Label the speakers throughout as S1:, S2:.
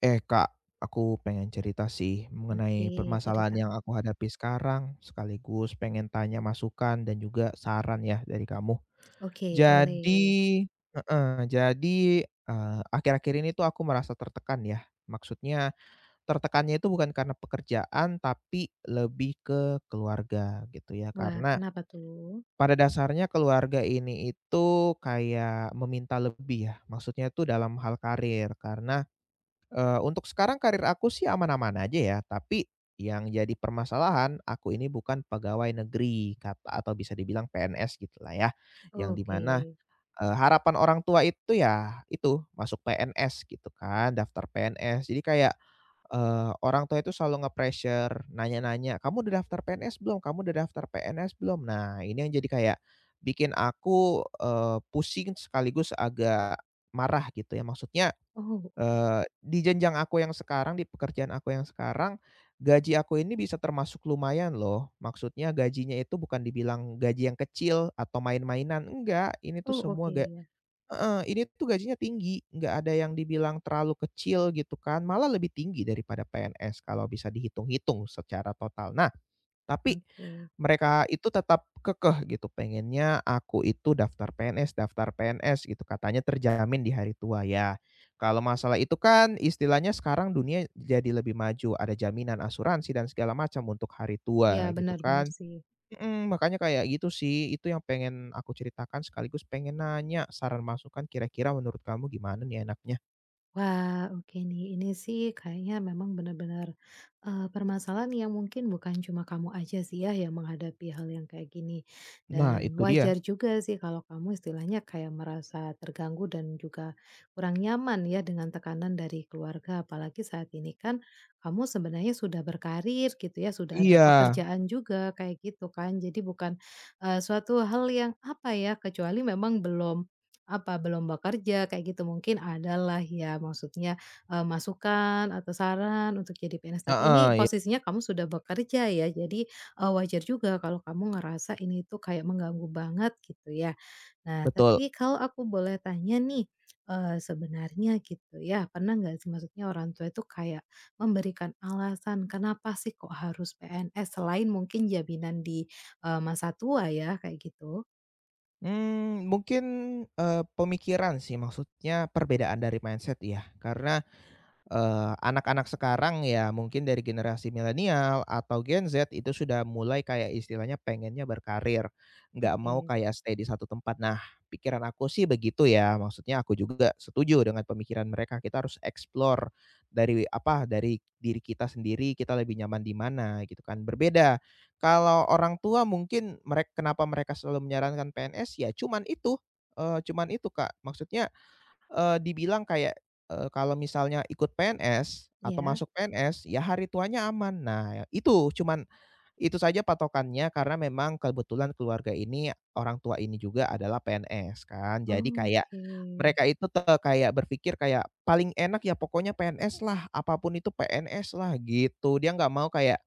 S1: Eh Kak, aku pengen cerita sih mengenai
S2: Oke,
S1: permasalahan
S2: cerita.
S1: yang aku hadapi sekarang, sekaligus pengen tanya masukan dan juga saran ya dari kamu.
S2: Oke,
S1: Jadi
S2: boleh.
S1: jadi akhir-akhir ini tuh aku merasa tertekan ya. Maksudnya Tertekannya itu bukan karena pekerjaan, tapi lebih ke keluarga gitu ya.
S2: Wah,
S1: Karena
S2: kenapa tuh?
S1: pada dasarnya keluarga ini itu kayak meminta lebih ya, maksudnya itu dalam hal karir. Untuk sekarang karir aku sih aman-aman aja ya, tapi yang jadi permasalahan, aku ini bukan pegawai negeri kata atau bisa dibilang PNS gitulah ya, yang
S2: Oke.
S1: dimana mana, harapan orang tua itu ya itu, masuk PNS gitu kan, daftar PNS. Orang tua itu selalu nge-pressure, nanya-nanya, "Kamu udah daftar PNS belum? Kamu udah daftar PNS belum?" Nah, ini yang jadi kayak bikin aku, pusing sekaligus agak marah gitu ya.
S2: Oh, oke.
S1: Di jenjang aku yang sekarang, di pekerjaan aku yang sekarang, gaji aku ini bisa termasuk lumayan loh. Maksudnya gajinya itu bukan dibilang gaji yang kecil atau main-mainan, enggak. Ini tuh
S2: Oh,
S1: semua
S2: oke
S1: ga
S2: ya.
S1: heeh, Ini tuh gajinya tinggi, nggak ada yang dibilang terlalu kecil gitu kan, malah lebih tinggi daripada PNS kalau bisa dihitung-hitung secara total. Nah, tapi
S2: Oke.
S1: mereka itu tetap kekeh gitu, pengennya aku itu daftar PNS daftar PNS gitu, katanya terjamin di hari tua. Ya, kalau masalah itu kan istilahnya sekarang dunia jadi lebih maju, ada jaminan asuransi dan segala macam untuk hari
S2: Ya,
S1: tua gitu
S2: benar benar
S1: kan.
S2: sih.
S1: Mhm, makanya kayak gitu sih, itu yang pengen aku ceritakan sekaligus pengen nanya saran masukan kira-kira menurut kamu gimana nih enaknya?
S2: Wah, oke nih. Ini sih kayaknya memang benar-benar, permasalahan yang mungkin bukan cuma kamu aja sih ya yang menghadapi hal yang kayak gini.
S1: Nah
S2: Dan
S1: itu dia.
S2: wajar juga sih kalau kamu istilahnya kayak merasa terganggu dan juga kurang nyaman ya dengan tekanan dari keluarga. Apalagi saat ini kan kamu sebenarnya sudah berkarir gitu ya, sudah ada
S1: Iya,
S2: pekerjaan juga kayak gitu kan. Jadi bukan, suatu hal yang apa ya, kecuali memang belum apa, belum bekerja kayak gitu mungkin adalah ya maksudnya, masukan atau saran untuk jadi PNS, tapi ini
S1: heeh, iya
S2: posisinya kamu sudah bekerja ya, jadi, wajar juga kalau kamu ngerasa ini tuh kayak mengganggu banget gitu ya. Nah,
S1: betul.
S2: tapi kalau aku boleh tanya nih, sebenarnya gitu ya, pernah nggak sih maksudnya orang tua itu kayak memberikan alasan kenapa sih kok harus PNS selain mungkin jaminan di, masa tua ya kayak gitu?
S1: Mungkin pemikiran sih maksudnya perbedaan dari mindset ya karena, anak-anak sekarang ya mungkin dari generasi milenial atau Gen Z itu sudah mulai kayak istilahnya pengennya berkarir, nggak mau
S2: Oke,
S1: kayak stay di satu tempat. Nah, pikiran aku sih begitu ya, maksudnya aku juga setuju dengan pemikiran mereka, kita harus explore dari apa, dari diri kita sendiri, kita lebih nyaman di mana gitu kan, berbeda. Kalau orang tua mungkin mereka kenapa mereka selalu menyarankan PNS, ya cuman itu, cuman itu Kak, dibilang kayak, kalau misalnya ikut PNS atau
S2: ya.
S1: masuk PNS, ya hari tuanya aman. Nah, itu cuman itu saja patokannya karena memang kebetulan keluarga ini, orang tua ini juga adalah PNS kan. Jadi kayak
S2: Oke,
S1: mereka itu te kayak berpikir kayak, "Paling enak ya pokoknya PNS lah, apa pun itu PNS lah," gitu. Dia nggak mau kayak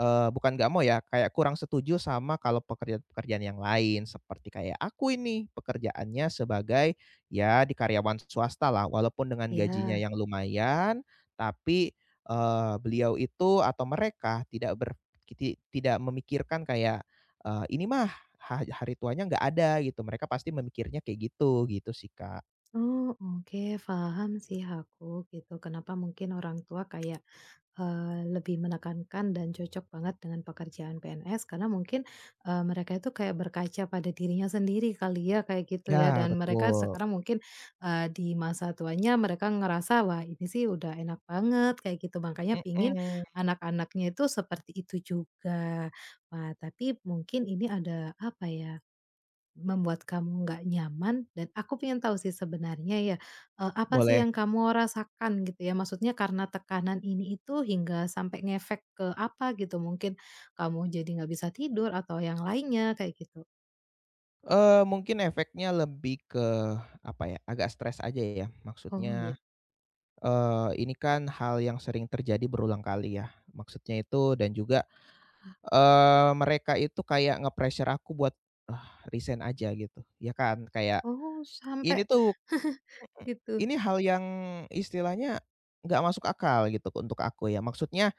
S1: eee, bukan nggak mau ya, kayak kurang setuju sama kalau pekerjaan-pekerjaan yang lain, seperti kayak aku ini, pekerjaannya sebagai, ya di karyawan swasta lah, walaupun dengan gajinya
S2: ya.
S1: yang lumayan, tapi, eee, beliau itu atau mereka tidak ber ti tidak memikirkan kayak, eee, ini mah ha hari tuanya nggak ada gitu, mereka pasti memikirnya kayak gitu, gitu sih, Kak.
S2: Oh, oke, paham sih aku gitu. Kenapa mungkin orang tua kayak lebih menekankan dan cocok banget dengan pekerjaan PNS karena mungkin mereka itu kayak berkaca pada dirinya sendiri kali ya kayak gitu ya
S1: Ya,
S2: dan mereka
S1: betul.
S2: sekarang mungkin di masa tuanya mereka ngerasa wah ini sih udah enak banget kayak gitu. Makanya pingin
S1: Mhm,
S2: anak-anaknya itu seperti itu juga. Wah, tapi mungkin ini ada apa ya? Membuat kamu nggak nyaman dan aku pengen tahu sih sebenarnya ya, apa sih
S1: boleh,
S2: yang kamu rasakan gitu ya? Maksudnya karena tekanan ini itu hingga sampai ngefek ke apa gitu? Mungkin kamu jadi nggak bisa tidur atau yang lainnya kayak gitu?
S1: mungkin efeknya lebih ke agak stres aja ya.
S2: Oh iya.
S1: Ini kan hal yang sering terjadi berulang kali ya. Maksudnya itu dan juga, eee, Mereka itu kayak nge-pressure aku buat, resign aja gitu, ya kan. Kayak
S2: Oh
S1: ini
S2: sampai
S1: tuh mhm,
S2: gitu.
S1: ini hal yang istilahnya nggak masuk akal gitu untuk aku ya. Maksudnya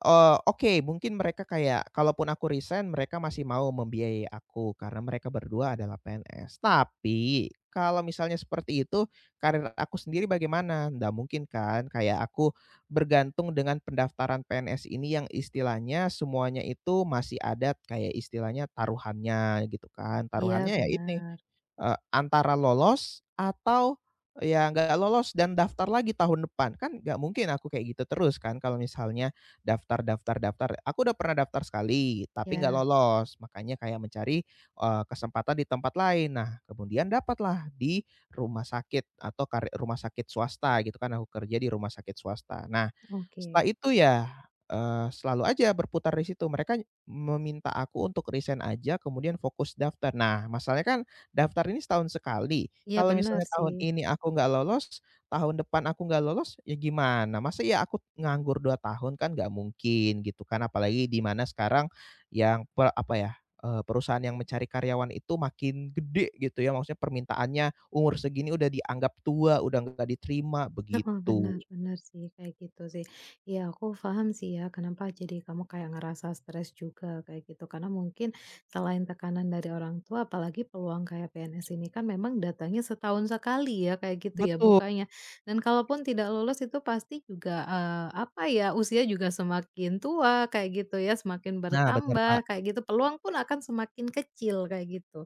S1: Eee, oke, mungkin mereka kayak kalaupun aku resign mereka masih mau membiayai aku karena mereka berdua adalah PNS. Tapi kalau misalnya seperti itu, karir aku sendiri bagaimana? Nggak mungkin kan kayak aku bergantung dengan pendaftaran PNS ini yang istilahnya semuanya itu masih ada kayak istilahnya taruhannya gitu kan.
S2: Iya
S1: Taruhannya ya ini
S2: benar
S1: Eee, antara lolos atau ya nggak lolos dan daftar lagi tahun depan. Kan nggak mungkin aku kayak gitu terus kan kalau misalnya daftar daftar daftar. Aku udah pernah daftar sekali tapi nggak
S2: ya
S1: lolos, makanya kayak mencari, kesempatan di tempat lain. Nah, kemudian dapatlah di rumah sakit swasta gitu kan, aku kerja di rumah sakit swasta. Nah, setelah
S2: oke.
S1: itu ya, eee, selalu aja berputar di situ. Mereka meminta aku untuk resign aja kemudian fokus daftar. Nah, masalahnya kan, daftar ini setahun sekali,
S2: Iya
S1: kalau
S2: benar
S1: misalnya
S2: sih.
S1: tahun ini aku nggak lolos, tahun depan aku nggak lolos, ya gimana? Masa ya aku nganggur 2 tahun kan nggak mungkin gitu kan, apalagi di mana sekarang yang pe apa ya, eee, perusahaan yang mencari karyawan itu makin gede gitu ya, maksudnya permintaannya umur segini udah dianggap tua, udah nggak diterima,
S2: Heeh,
S1: begitu.
S2: benar benar sih, kayak gitu sih. Iya, aku paham sih ya kenapa jadi kamu kayak ngerasa stres juga kayak gitu. Karena mungkin selain tekanan dari orang tua, apalagi peluang kayak PNS ini kan memang datangnya setahun sekali ya kayak gitu ya
S1: Betul.
S2: bukanya. Dan kalaupun tidak lulus itu pasti juga, apa ya, usia juga semakin tua kayak gitu ya, semakin
S1: Nah bener, Kak.
S2: bertambah kayak gitu, peluang pun akan semakin kecil kayak gitu.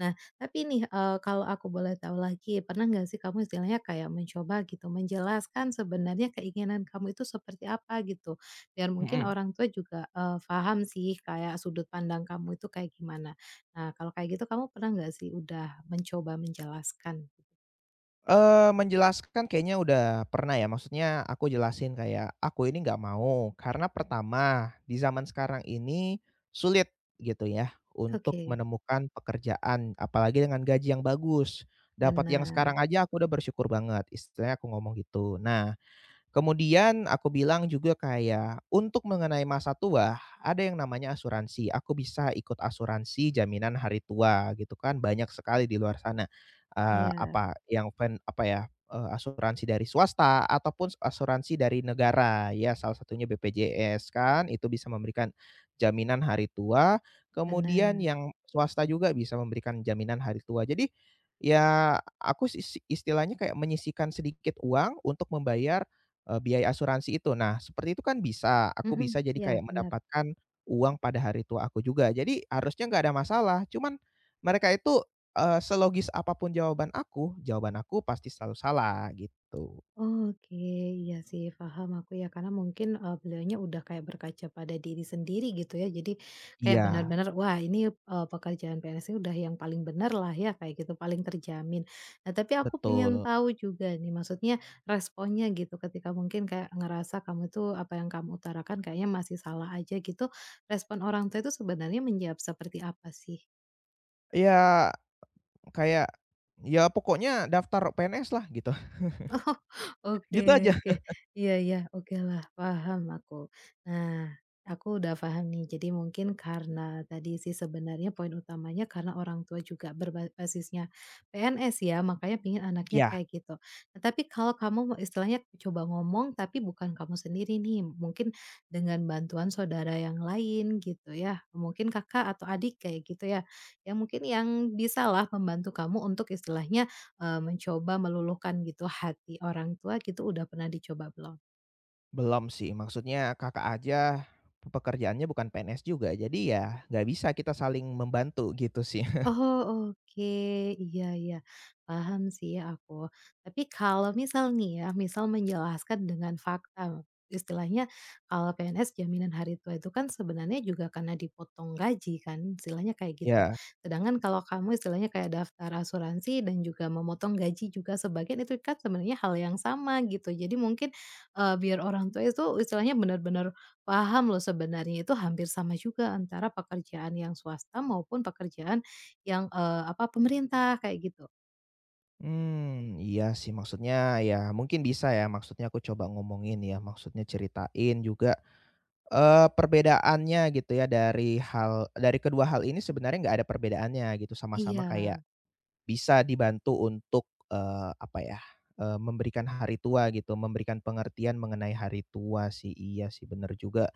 S2: Nah, tapi nih, kalau aku boleh tahu lagi, pernah nggak sih kamu istilahnya kayak mencoba gitu, menjelaskan sebenarnya keinginan kamu itu seperti apa gitu? Biar mungkin
S1: Mhm.
S2: orang tua juga, paham sih kayak sudut pandang kamu itu kayak gimana. Nah, kalau kayak gitu kamu pernah nggak sih udah mencoba menjelaskan?
S1: Menjelaskan kayaknya udah pernah ya, maksudnya aku jelasin kayak, "Aku ini nggak mau, karena pertama, di zaman sekarang ini sulit gitu ya untuk
S2: Oke,
S1: menemukan pekerjaan, apalagi dengan gaji yang bagus. Dapat yang
S2: benar.
S1: sekarang aja aku udah bersyukur banget," istilahnya aku ngomong gitu. Nah, kemudian aku bilang juga kayak, "Untuk mengenai masa tua, ada yang namanya asuransi. Aku bisa ikut asuransi jaminan hari tua," gitu kan. Banyak sekali di luar sana, eee,
S2: Iya,
S1: apa, yang pen apa ya, eee, asuransi dari swasta ataupun asuransi dari negara. Ya, salah satunya BPJS kan, itu bisa memberikan jaminan hari tua, kemudian
S2: benar.
S1: yang swasta juga bisa memberikan jaminan hari tua. Jadi, ya aku sih istilahnya kayak menyisihkan sedikit uang untuk membayar biaya asuransi itu. Nah, seperti itu kan bisa, aku
S2: Mhm,
S1: bisa jadi
S2: iya
S1: kayak
S2: benar.
S1: mendapatkan uang pada hari tua aku juga. Jadi harusnya nggak ada masalah, cuman mereka itu, selogis apa pun jawaban aku pasti selalu salah gitu.
S2: Oke, iya sih paham aku ya karena mungkin, beliaunya udah kayak berkaca pada diri sendiri gitu ya jadi kayak
S1: Iya,
S2: benar-benar wah ini, pekerjaan PNS ini udah yang paling benar lah ya kayak gitu paling terjamin. Nah tapi aku pengen
S1: betul.
S2: tahu juga nih maksudnya responnya gitu ketika mungkin kayak ngerasa kamu tuh apa yang kamu utarakan kayaknya masih salah aja gitu, respon orang tua itu sebenarnya menjawab seperti apa sih?
S1: Ya kayak, ya pokoknya daftar PNS lah gitu,
S2: Oh, oke
S1: gitu aja.
S2: oke. Iya iya, oke lah paham aku. Nah, aku udah paham nih. Jadi mungkin karena tadi sih sebenarnya poin utamanya karena orang tua juga basisnya PNS ya, makanya pengen anaknya
S1: Iya,
S2: kayak gitu. Nah, tapi kalau kamu mau istilahnya coba ngomong, tapi bukan kamu sendiri nih, mungkin dengan bantuan saudara yang lain gitu ya, mungkin kakak atau adik kayak gitu ya, yang mungkin yang bisalah membantu kamu untuk istilahnya mencoba meluluhkan gitu hati orang tua gitu udah pernah dicoba belum?
S1: belum sih, maksudnya Kakak aja pekerjaannya bukan PNS juga, jadi ya nggak bisa kita saling membantu gitu sih.
S2: Oh, oke. Iya iya. Paham sih ya aku. Tapi kalau misal nih ya, misal menjelaskan dengan fakta, istilahnya kalau PNS jaminan hari tua itu kan sebenarnya juga karena dipotong gaji kan, istilahnya kayak gitu.
S1: Iya.
S2: Sedangkan kalau kamu istilahnya kayak daftar asuransi dan juga memotong gaji juga sebagian itu kan sebenarnya hal yang sama gitu. Jadi mungkin biar orang tua itu istilahnya benar-benar paham loh sebenarnya itu hampir sama juga antara pekerjaan yang swasta maupun pekerjaan yang, apa, pemerintah kayak gitu.
S1: Iya sih maksudnya ya mungkin bisa ya, maksudnya aku coba ngomongin ya, maksudnya ceritain juga, perbedaannya gitu ya dari hal dari kedua hal ini sebenarnya nggak ada perbedaannya gitu, sama-sama
S2: Iya.
S1: kayak bisa dibantu untuk, eee, apa ya, eee, memberikan hari tua gitu, memberikan pengertian mengenai hari tua sih. Iya sih bener juga,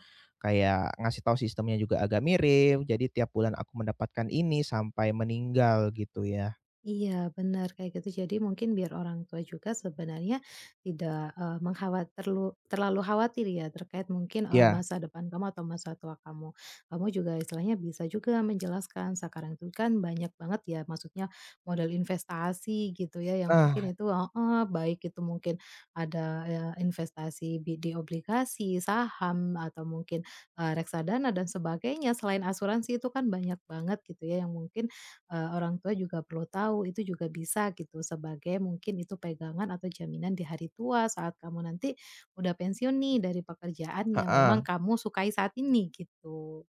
S1: kayak ngasih tahu sistemnya juga agak mirip, jadi tiap bulan aku mendapatkan ini sampai meninggal gitu ya.
S2: Iya, benar kayak gitu. Jadi mungkin biar orang tua juga sebenarnya tidak, terlalu terlalu khawatir ya terkait mungkin,
S1: Ya,
S2: masa depan kamu atau masa tua kamu. Kamu juga istilahnya bisa juga menjelaskan sekarang itu kan banyak banget ya maksudnya modal investasi gitu ya yang mungkin
S1: nah
S2: itu heeh, baik itu mungkin ada, investasi di obligasi, saham, atau mungkin, reksadana dan sebagainya. Selain asuransi itu kan banyak banget gitu ya yang mungkin orang tua juga perlu tahu, itu juga bisa gitu sebagai mungkin itu pegangan atau jaminan di hari tua saat kamu nanti udah pensiun nih dari pekerjaan yang
S1: heeh.
S2: memang kamu sukai saat ini gitu.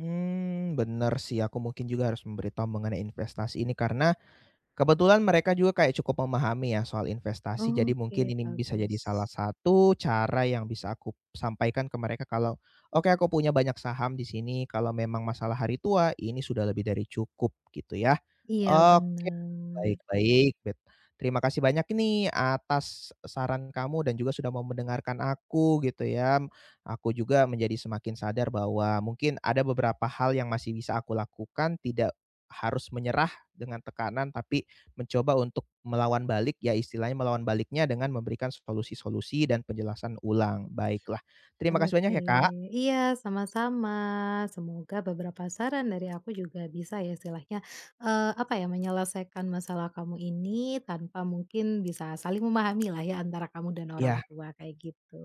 S1: Benar sih, aku mungkin juga harus memberitahu mengenai investasi ini karena, kebetulan mereka juga kayak cukup memahami ya soal investasi, jadi
S2: Oke,
S1: mungkin ini bisa jadi salah
S2: bagus.
S1: satu cara yang bisa aku sampaikan ke mereka kalau, "Oke, aku punya banyak saham di sini, kalau memang masalah hari tua, ini sudah lebih dari cukup," gitu ya.
S2: Iya
S1: Oke,
S2: benar.
S1: baik baik, bet terima kasih banyak nih atas saran kamu dan juga sudah mau mendengarkan aku gitu ya. Aku juga menjadi semakin sadar bahwa mungkin ada beberapa hal yang masih bisa aku lakukan, tidak harus menyerah dengan tekanan, tapi mencoba untuk melawan balik, ya istilahnya melawan baliknya dengan memberikan solusi-solusi dan penjelasan ulang. Baiklah. Terima kasih
S2: Oke,
S1: banyak ya, Kak.
S2: iya sama-sama. Semoga beberapa saran dari aku juga bisa ya istilahnya, apa ya, menyelesaikan masalah kamu ini tanpa mungkin bisa saling memahami lah ya antara kamu dan orang
S1: Ya.
S2: tua, kayak gitu.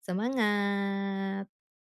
S2: Semangat.